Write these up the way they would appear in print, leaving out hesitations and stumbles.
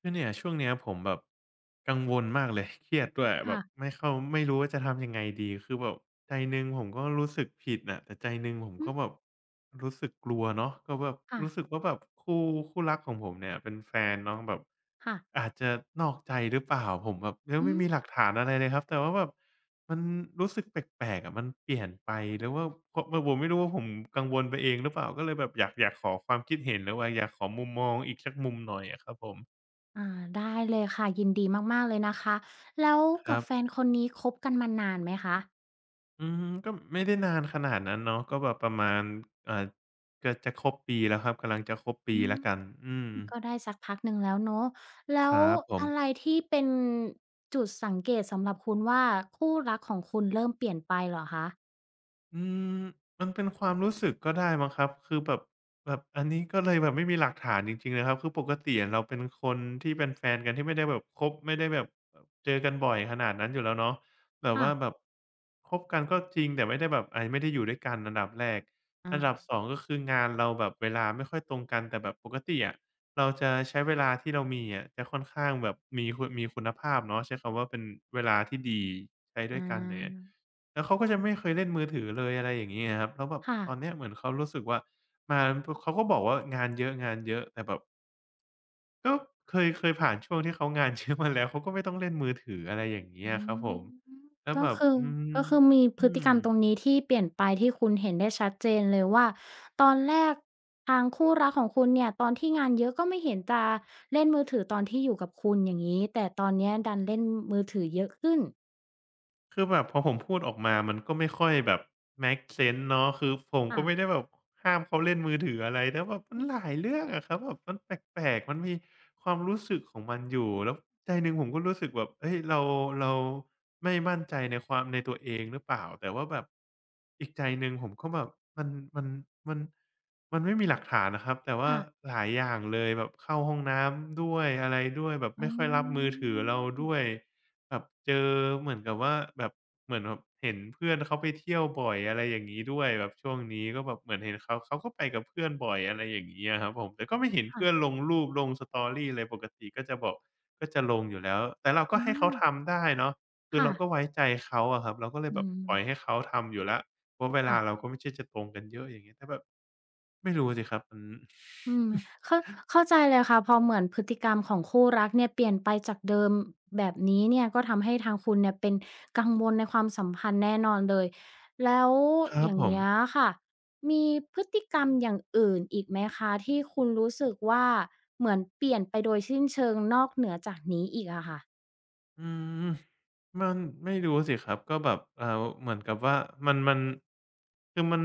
คือเนี่ยช่วงเนี้ยผมแบบกังวลมากเลย เครียดด้วยแบบค่ะไม่เข้าไม่รู้ว่าจะทำยังไงดีคือแบบใจหนึ่งผมก็รู้สึกผิดน่ะแต่ใจหนึ่งผมอืก็มแบบรู้สึกกลัวเนาะก็แบบค่ะรู้สึกว่าแบบคู่รักของผมเนี่ยเป็นแฟนเนาะแบบค่ะอาจจะนอกใจหรือเปล่าผมแบบยังอืไม่มมีหลักฐานอะไรเลยครับแต่ว่าแบบมันรู้สึกแปลกๆอะมันเปลี่ยนไปหรือว่าพผมไม่รู้ว่าผมกังวลไปเองหรือเปล่าก็เลยแบบอยากขอความคิดเห็นหรือว่าอยากขอมุมมองอีกสักมุมหน่อยอะครับผม อาได้เลยค่ะ ยินดีมากๆเลยนะคะ แล้วครักับแฟบ นคนนี้คบกันมานานไหมคะอืม ก็ไม่ได้นานขนาดนั้นเนาะก็แบบประมาณอ่าเกือบจะครบปีแล้วครับ กำลังจะครบปีอืแล้มวกัน อืมก็ได้สักพักหนึ่งแล้วเนาะคแล้วรับผม อะไรที่เป็นจุดสังเกตสำหรับคุณว่าคู่รักของคุณเริ่มเปลี่ยนไปเหรอคะอืมมันเป็นความรู้สึกก็ได้มั้งครับคือแบบแบบอันนี้ก็เลยแบบไม่มีหลักฐานจริงๆนะครับคือปกติอะเราเป็นคนที่เป็นแฟนกันที่ไม่ได้แบบคบไม่ได้แบบเจอกันบ่อยขนาดนั้นอยู่แล้วเนาะแบบว่าแบค่ะบคบกันก็จริงแต่ไม่ได้แบบไม่ได้อยู่ด้วยกันอันดับแรกอาอันดับสองก็คืองานเราแบบเวลาไม่ค่อยตรงกันแต่แบบปกติอะเราจะใช้เวลาที่เรามีอะจะค่อนข้างแบบมีคุณภาพเนาะใช้คำว่าเป็นเวลาที่ดีใช้ด้อาวยกันอย่างเงี้ย แล้วเขาก็จะไม่เคยเล่นมือถือเลยอะไรอย่างงี้อะครับแล้วแบบค่ะ ตอนเนี้ยเหมือนเขารู้สึกว่ามาเขาก็บอกว่างานเยอะงานเยอะแต่แบบก็เคยผ่านช่วงที่เขางานเยอะมาแล้วเขาก็ไม่ต้องเล่นมือถืออะไรอย่างเงี้ยอืครับผมมแล้วก็แบบคือก็คือมีพอืฤติม กรรมตรงนี้ที่เปลี่ยนไปที่คุณเห็นได้ชัดเจนเลยว่าตอนแรกทางคู่รักของคุณเนี่ยตอนที่งานเยอะก็ไม่เห็นจะเล่นมือถือตอนที่อยู่กับคุณอย่างนี้แต่ตอนเนี้ยดันเล่นมือถือเยอะขึ้นคือแบบพอผมพูดออกมามันก็ไม่ค่อยแบบ make sense เนาะคือผมก็ค่ะไม่ได้แบบห้ามเขาเล่นมือถืออะไรแต่แบบมันอืหลายเรื่องอะครับแบบมันแปลกๆมันมีความรู้สึกของมันอยู่แล้วใจหนึ่งผมก็รู้สึกแบบเฮ้ยเราไม่มั่นใจในความในตัวเองหรือเปล่าแต่ว่าแบบอีกใจหนึ่งผมก็แบบมันมันมันมันไม่มีหลักฐานนะครับแต่ว่าหลายอย่างเลยแบบเข้าห้องน้ำด้วยอะไรด้วยแบบไม่ค่อยรับมือถือเราด้วย มแบบเจอเหมือนกับว่าแบบเหมือนแบบเห็นเพื่อนเขาไปเที่ยวบ่อยอะไรอย่างนี้ด้วยแบบช่วงนี้ก็แบบเหมือนเห็นเขาก็ไปกับเพื่อนบ่อยอะไรอย่างนี้อะครับผมแต่ก็ไม่เห็นค่ะเพื่อนลงรูปลง Story เลยปกติก็จะบอกก็จะลงอยู่แล้วแต่เราก็อ๋อให้เขาทำได้เนาะคือค่ะเราอาก็ไว้ค่ะใจเขาอะครับเราก็เลยอืแบบมปล่อยให้เขาทำอยู่แล้วเพราะเวลาเราค่ะ ก็ไม่ใช่จะตรงกันเยอะอย่างเงี้ยแต่แบบไม่รู้สิครับมัน อืม เข้าเข้าใจเลยค่ะพอเหมือนพฤติกรรมของคู่รักเนี่ยเปลี่ยนไปจากเดิมแบบนี้เนี่ยก็ทำให้ทางคุณเนี่ยเป็นกังวลในความสัมพันธ์แน่นอนเลยแล้วครัอบย่าผงม เงี้ยค่ะมีพฤติกรรมอย่างอื่นอีกไหมคะที่คุณรู้สึกว่าเหมือนเปลี่ยนไปโดยสิ้นเชิงนอกเหนือจากนี้อีกอะค่ะอืมมันไม่รู้สิครับก็แบบเหมือนกับว่ามันมันคือมัน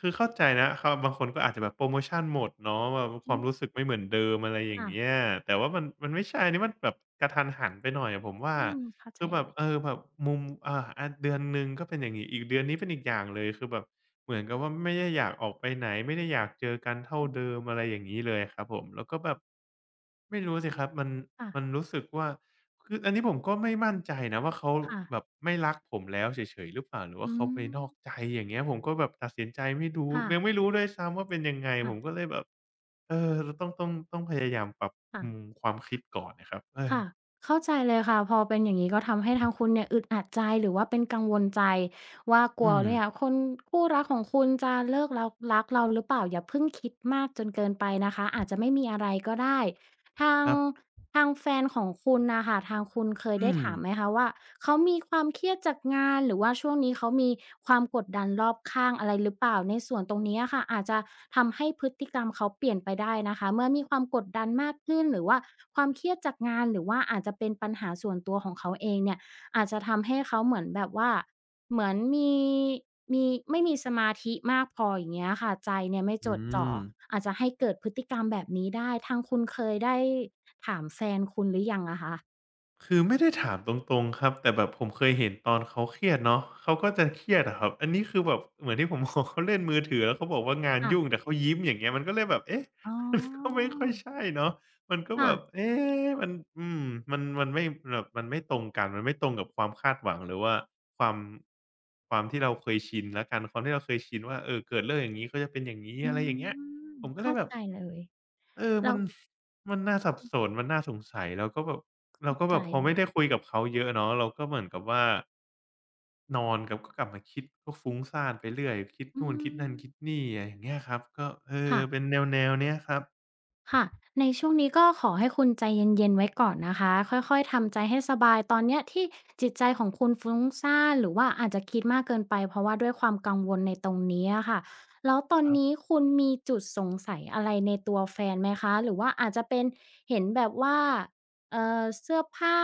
คือเข้าใจนะเขาบางคนก็อาจจะแบบโพรโมชันหมดเนาะแบบคอืวามมรู้สึกไม่เหมือนเดิมอะไรอย่างค่ะเงี้ยแต่ว่ามันไม่ใช่อันนี้มันแบบกะทันหันไปหน่อยอะผมว่า อืมเข้าใจคือแบเลบยเออแบบมุมอ่าอาเดือนหนึ่งก็เป็นอย่างงี้อีกเดือนนี้เป็นอีกอย่างเลยคือแบบเหมือนกับว่าไม่ได้อยากออกไปไหนไม่ได้อยากเจอกันเท่าเดิมอะไรอย่างงี้เลยครับผมแล้วก็แบบไม่รู้สิครับมันมันค่ะรู้สึกว่าคืออันนี้ผมก็ไม่มั่นใจนะว่าเขาค่ะแบบไม่รักผมแล้วเฉยๆหรือเปล่าหรือว่าอืเขาไปนมอกใจอย่างเงี้ยผมก็แบบตัดสินใจไม่รู้ค่ะยังไม่รู้ด้วยซ้ำว่าเป็นยังไงผค่ะมก็เลยแบบเออเราต้องพยายามปรับค่ะ อืมความคิดก่อนน่ะครับเออค่ะเข้าใจเลยค่ะพอเป็นอย่างนี้ก็ทำให้ทางคุณเนี่ยอึดอัดใจหรือว่าเป็นกังวลใจว่ากอืลัวมเนี่ยคนคู่รักของคุณจะเลิกเรารักเราหรือเปล่าอย่าเพิ่งคิดมากจนเกินไปนะคะอาจจะไม่มีอะไรก็ได้ ทาคงรับทางแฟนของคุณน่ะค่ะทางคุณเคยอืได้ม ถามไหมคะว่าเขามีความเครียดจากงานหรือว่าช่วงนี้เขามีความกดดันรอบข้างอะไรหรือเปล่าในส่วนตรงนี้อะค่ะอาจจะทำให้พฤติกรรมเขาเปลี่ยนไปได้นะคะเมื่อมีความกดดันมากขึ้นหรือว่าความเครียดจากงานหรือว่าอาจจะเป็นปัญหาส่วนตัวของเขาเองเนี่ยอาจจะทำให้เขาเหมือนแบบว่า เหมือนมีไม่มีสมาธิมากพออย่างเงี้ยค่ะใจเนี่ยไม่จอืดจ่อม อาจจะให้เกิดพฤติกรรมแบบนี้ได้ทางคุณเคยได้ถามแฟนคุณหรือยังอะคะคือไม่ได้ถามตรงๆครับแต่แบบผมเคยเห็นตอนเขาเครียดเนาะเขาก็จะเครียดอะครับอันนี้คือแบบเหมือนที่ผมบอกเขาเล่นมือถือแล้วเขาบอกว่างานยุ่งค่ะแต่เขายิ้มอย่างเงี้ยมันก็เลยแบบเอ๊ะอ๋อมันก็ไม่ค่อยใช่เนาะมันก็แบค่ะบเอ๊ะมันอืมมันไม่แบบมันไม่ตรงกันมันไม่ตรงกับความคาดหวังหรือว่าความความที่เราเคยชินแล้วกันความที่เราเคยชินว่าเออเกิดเรื่องอย่างงี้ก็จะเป็นอย่างงี้อือะไรอย่างเงี้ยมผมก็เลยเข้าแบบใจเลยเออเรามันน่าสับสนมันน่าสงสัยแล้วก็แบบ เราเข้าก็แบใจบพอเลไม่ยได้คุยกับเขาเยอะเนาะเราก็เหมือนกับว่านอนกับก็กลับมาคิดก็ฟุ้งซ่านไปเรื่อยคิดอืนู่นคิดนั่นมคิดนี่อะไรอย่างเงี้ยครับก็เออค่ะ เป็นแนวๆเนี้ยครับค่ะในช่วงนี้ก็ขอให้คุณใจเย็นๆไว้ก่อนนะคะค่อยๆทำใจให้สบายตอนเนี้ยที่จิตใจของคุณฟุ้งซ่านหรือว่าอาจจะคิดมากเกินไปเพราะว่าด้วยความกังวลในตรงนี้อะค่ะแล้วตอคนรับ นี้คุณมีจุดสงสัยอะไรในตัวแฟนไหมคะหรือว่าอาจจะเป็นเห็นแบบว่าเสื้อผ้า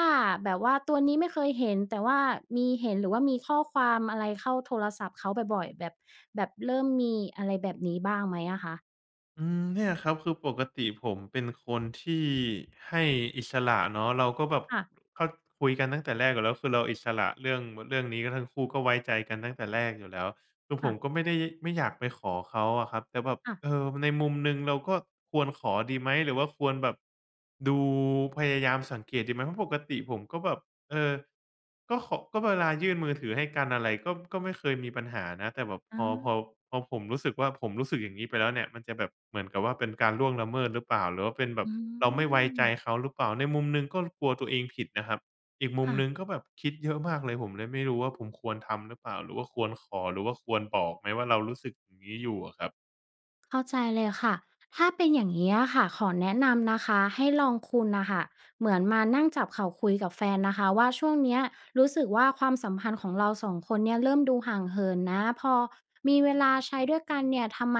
แบบว่าตัวนี้ไม่เคยเห็นแต่ว่ามีเห็นหรือว่ามีข้อความอะไรเข้าโทรศัพท์เขาบ่อยๆแบบเริ่มมีอะไรแบบนี้บ้างไหมอะคะอืมเนี่ยครับคือปกติผมเป็นคนที่ให้อิสระเนาะเราก็แบบค่เขาคุยกันตั้งแต่แรกอยู่แล้วคือเราอิสระเรื่องนี้ก็ทั้งคู่ก็ไว้ใจกันตั้งแต่แรกอยู่แล้วคือผะมก็ไม่ได้ไม่อยากไปขอเขาอะครับแต่แบบๆๆเออในมุมหนึ่งเราก็ควรขอดีไหมหรือว่าควรแบบดูพยายามสังเกตดีไหมเพราะปกติผมก็แบบ เออก็ขอก็เวลายื่นมือถือให้กันอะไรก็ไม่เคยมีปัญหานะแต่แบบพอพออา พอผมรู้สึกว่าผมรู้สึกอย่างงี้ไปแล้วเนี่ยมันจะแบบเหมือนกับว่าเป็นการล่วงละเมิดหรือเปล่าหรือว่าเป็นแบบอืเราไม่ไว้มใจเขาหรือเปล่าในมุมหนึ่งก็กลัวตัวเองผิดนะครับอีกมุมค่ะหนึ่งก็แบบคิดเยอะมากเลยผมเลยไม่รู้ว่าผมควรทำหรือเปล่าหรือว่าควรขอหรือว่าควรบอกไหมว่าเรารู้สึกอย่างงี้อยู่อะครับเข้าใจเลยค่ะถ้าเป็นอย่างนี้ยค่ะขอแนะนำนะคะให้ลองคุณนะคะเหมือนมานั่งจับเข่าคุยกับแฟนนะคะว่าช่วงเนี้ยรู้สึกว่าความสัมพันธ์ของเราสองคนเนี่ยเริ่มดูห่างเหินนะพอมีเวลาใช้ด้วยกันเนี่ยทำไม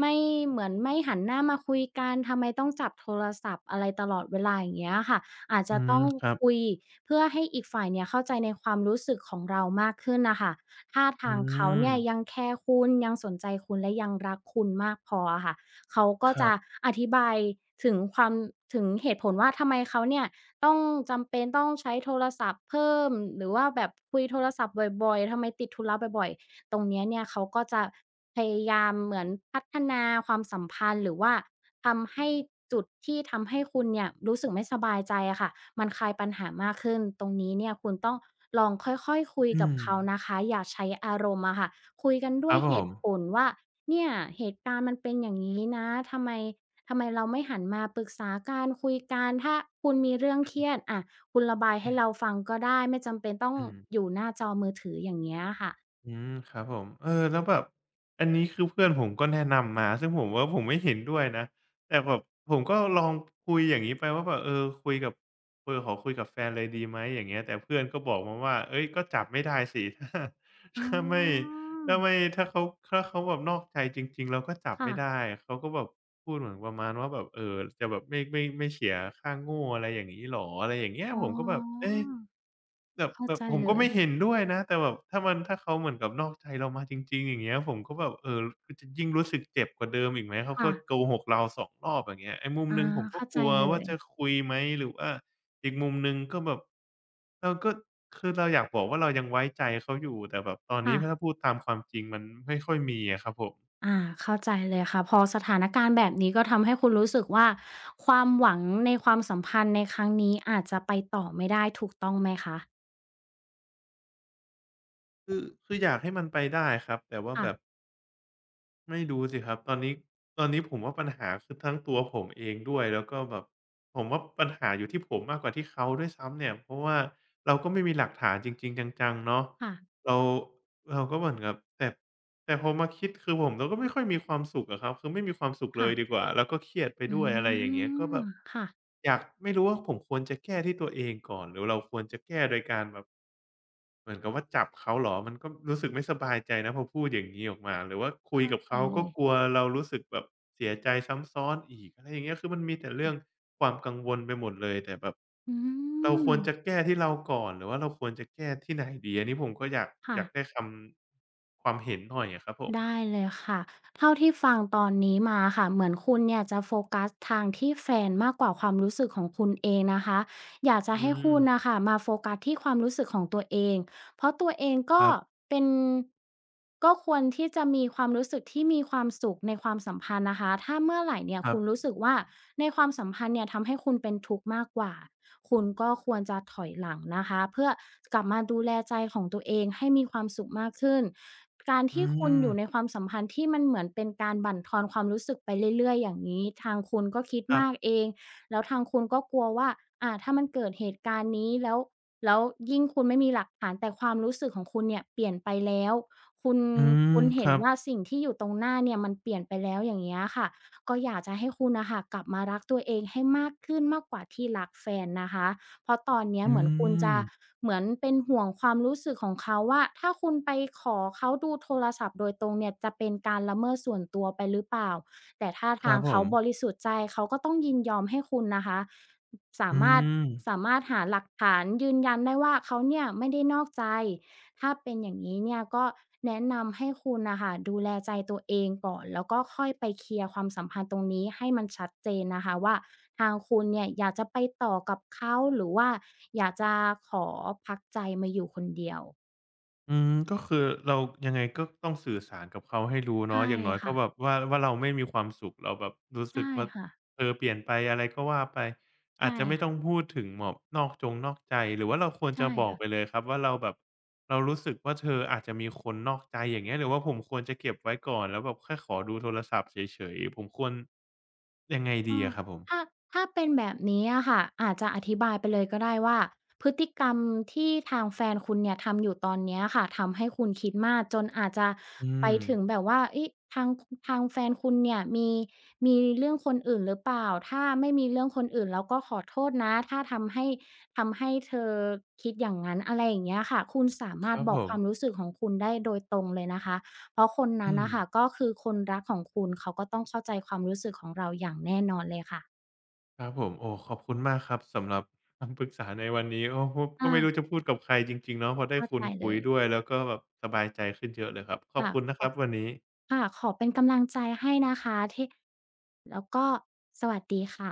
ไม่เหมือนไม่หันหน้ามาคุยกันทำไมต้องจับโทรศัพท์อะไรตลอดเวลาอย่างเงี้ยค่ะอาจอืจะมต้องครัคุบยเพื่อให้อีกฝ่ายเนี่ยเข้าใจในความรู้สึกของเรามากขึ้นนะคะ ท่าอืทางเขามเนี่ยยังแคร์คุณยังสนใจคุณและยังรักคุณมากพออะค่ะเขาก็ครัจะบอธิบายถึงความถึงเหตุผลว่าทำไมเขาเนี่ยต้องจำเป็นต้องใช้โทรศัพท์เพิ่มหรือว่าแบบคุยโทรศัพท์บ่อยๆทำไมติดธุระบ่อยๆ ตรงเนี้ยเนี่ยเขาก็จะพยายามเหมือนพัฒนาความสัมพันธ์หรือว่าทำให้จุดที่ทำให้คุณเนี่ยรู้สึกไม่สบายใจอะค่ะมันคลายปัญหามากขึ้นตรงนี้เนี่ยคุณต้องลองค่อยๆคุยอืกับมเขานะคะอย่าใช้อารมณ์อะค่ะคุยกันคด้วรัยบผเหมตุผลว่าเนี่ยเหตุการณ์มันเป็นอย่างนี้นะทำไมเราไม่หันมาปรึกษาการคุยกันถ้าคุณมีเรื่องเครียดอะคุณระบายอือให้เราฟังก็ได้ไม่จำเป็นต้องอือม ยู่หน้าจอมือถืออย่างเงี้ยค่ะ อืมครับผมเออแล้วแบบอันนี้คือเพื่อนผมก็แนะนำมาซึ่งผมว่าผมไม่เห็นด้วยนะแต่แบบผมก็ลองคุยอย่างงี้ไปว่าแบบเออคุยกับเออขอคุยกับแฟนเลยดีไหมอย่างเงี้ยแต่เพื่อนก็บอกมาว่าเฮ้ยก็จับไม่ได้สิ ถ้าอ๋ถ้าไม่อถ้าไม่ถ้าเขาถ้าเขาแบบนอกใจจริงๆเราก็จับค่ะไม่ได้เขาก็แบบพูดเหมือนประมาณว่าแบบเออจะแบบไม่เสียค่าโง่อะไรอย่างงี้เหรออะไรอย่างเงี้ยอ๋ผมก็แบบอเอ๊ะ แบบเข้าแบบใจผมเลก็ยไม่เห็นด้วยนะแต่แบบถ้าเขาเหมือนกับนอกใจเรามาจริงๆอย่างเงี้ยผมก็แบบเออคือจะยิ่งรู้สึกเจ็บกว่าเดิมอีกไหมเขาก็ค่ะโกหกเราสองรอบอย่างเงี้ยไอ้มุมหอานึ่งผมก็เข้ากใจลัวเลว่ายจะคุยไหมหรือว่าอีกมุมหนึ่งก็แบบเราก็คือเราอยากบอกว่าเรายังไว้ใจเขาอยู่แต่แบบตอนนี้ค่ะถ้าพูดตามความจริงมันไม่ค่อยมีอะครับผมอาเข้าใจเลยค่ะพอสถานการณ์แบบนี้ก็ทำให้คุณรู้สึกว่าความหวังในความสัมพันธ์ในครั้งนี้อาจจะไปต่อไม่ได้ถูกต้องไหมคะคืออยากให้มันไปได้ครับแต่ว่าแบค่ะบ ไม่รู้สิครับตอนนี้ผมว่าปัญหาคือทั้งตัวผมเองด้วยแล้วก็แบบผมว่าปัญหาอยู่ที่ผมมากกว่าที่เขาด้วยซ้ำเนี่ยเพราะว่าเราก็ไม่มีหลักฐานจริงๆจังๆเนาะค่ะเราเราก็เหมือนกับแต่แต่พอมาคิดคือผมเราก็ไม่ค่อยมีความสุขอะครับคือไม่มีความสุขเลค่ะยดีกว่าแล้วก็เครียดไปด้วยอะไรอือย่างเงี้ยก็แบมบค่ะอยากไม่รู้ว่าผมควรจะแก้ที่ตัวเองก่อนหรือเราควรจะแก้โดยการแบบ เหมือนกับว่าจับเขาเหรอมันก็รู้สึกไม่สบายใจนะพอพูดอย่างงี้ออกมาหรือว่าคุยเข้ากับใจเขาเลก็ยกลัวเรารู้สึกแบบเสียใจซ้ำซ้อนอีกอะไรอย่างเงี้ยคือมันมีแต่เรื่องค่ะความกังวลไปหมดเลยแต่แบบอืเราคมวรจะแก้ที่เราก่อน หรือว่าเราควรจะแก้ที่ไหนดีอันนี้ผมก็อยากอค่ะ ยากได้คำความเห็นหน่อยอะครับผมได้เลยค่ะ เท่าที่ฟังตอนนี้มาค่ะ เหมือนคุณเนี่ยจะโฟกัสทางที่แฟนมากกว่าความรู้สึกของคุณเองนะคะ อยากจะอืให้มคุณนะคะมาโฟกัสที่ความรู้สึกของตัวเอง เพราะตัวเองคก็รับ เป็นก็ควรที่จะมีความรู้สึกที่มีความสุขในความสัมพันธ์นะคะถ้าเมื่อไหร่เนี่ยครัคุณบรู้สึกว่าในความสัมพันธ์เนี่ยทำให้คุณเป็นทุกข์มากกว่าคุณก็ควรจะถอยหลังนะคะเพื่อกลับมาดูแลใจของตัวเองให้มีความสุขมากขึ้นการอืที่คุณมอยู่ในความสัมพันธ์ที่มันเหมือนเป็นการบั่นทอนความรู้สึกไปเรื่อยๆอย่างนี้ทางคุณก็คิดครัมากบเองแล้วทางคุณก็กลัวว่าถ้ามันเกิดเหตุการณ์นี้แล้ว แล้วยิ่งคุณไม่มีหลักฐานแต่ความรู้สึกของคุณเนี่ยเปลี่ยนไปแล้วคุณอืมคุณคเห็นรับว่าสิ่งที่อยู่ตรงหน้าเนี่ยมันเปลี่ยนไปแล้วอย่างเงี้ยค่ะก็อยากจะให้คุณน่ะค่ะกลับมารักตัวเองให้มากขึ้นมากกว่าที่รักแฟนนะคะ เพราะตอนเนี้ยอืเหมือนคุณมจะเหมือนเป็นห่วงความรู้สึกของเขาว่าถ้าคุณไปขอเขาดูโทรศัพท์โดยตรงเนี่ยจะเป็นการละเมิดส่วนตัวไปหรือเปล่าแต่ถ้าครัทาบงผเขามบริสุทธิ์ใจเขาก็ต้องยินยอมให้คุณนะคะสาอืมารถม สามารถหาหลักฐานยืนยันได้ว่าเขาเนี่ยไม่ได้นอกใจถ้าเป็นอย่างนี้เนี่ยก็แนะนำให้คุณน่ะค่ะดูแลใจตัวเองก่อนแล้วก็ค่อยไปเคลียร์ความสัมพันธ์ตรงนี้ให้มันชัดเจนนะคะว่า ทางคุณเนี่ยอยากจะไปต่อกับเขาหรือว่าอยากจะขอพักใจมาอยู่คนเดียวอืมก็คือเรายังไงก็ต้องสื่อสารกับเขาให้รู้เนาะใช่อย่างน้อยก็ค่ะแบบว่าว่าเราไม่มีความสุขเราแบบรู้สึกใช่ว่าค่ะเธอเปลี่ยนไปอะไรก็ว่าไปอาใช่จจะไม่ต้อค่ะงพูดถึงแบบนอกจงนอกใจหรือว่าเราควรใช่จะบอกค่ะ ไปเลยครับว่าเราแบบเรารู้สึกว่าเธออาจจะมีคนนอกใจอย่างเงี้ยหรือว่าผมควรจะเก็บไว้ก่อนแล้วแบบแค่ขอดูโทรศัพท์เฉยๆผมควรยังไงดีอาอะครับผมถ้าเป็นแบบนี้อะค่ะอาจจะอธิบายไปเลยก็ได้ว่าพฤติกรรมที่ทางแฟนคุณเนี่ยทำอยู่ตอนเนี้ยค่ะทำให้คุณคิดมากจนอาจจะอืไปมถึงแบบว่าเอ๊ะทางทางแฟนคุณเนี่ยมีเรื่องคนอื่นหรือเปล่าถ้าไม่มีเรื่องคนอื่นแล้วก็ขอโทษนะถ้าทำให้เธอคิดอย่างงั้นอะไรอย่างเงี้ยค่ะคุณสาคมารถรับบผอกคมวามรู้สึกของคุณได้โดยตรงเลยนะคะ เพราะคนนั้อืนม น่ะค่ะก็คือคนรักของคุณเขาก็ต้องเข้าใจความรู้สึกของเราอย่างแน่นอนเลยค่ะครับผมโอ้ขอบคุณมากครับสำหรับ คำปรึกษาในวันนี้โอ้พก็อาไม่รู้จะพูดกับใครจริงๆเนาะพอได้เข้าคุใจณเลคุยยด้วยแล้วก็แบบสบายใจขึ้นเยอะเลยครับขอบค่ะคุณนะขคอรับวันนี้ค่ะขอเป็นกำลังใจให้นะคะที่แล้วก็สวัสดีค่ะ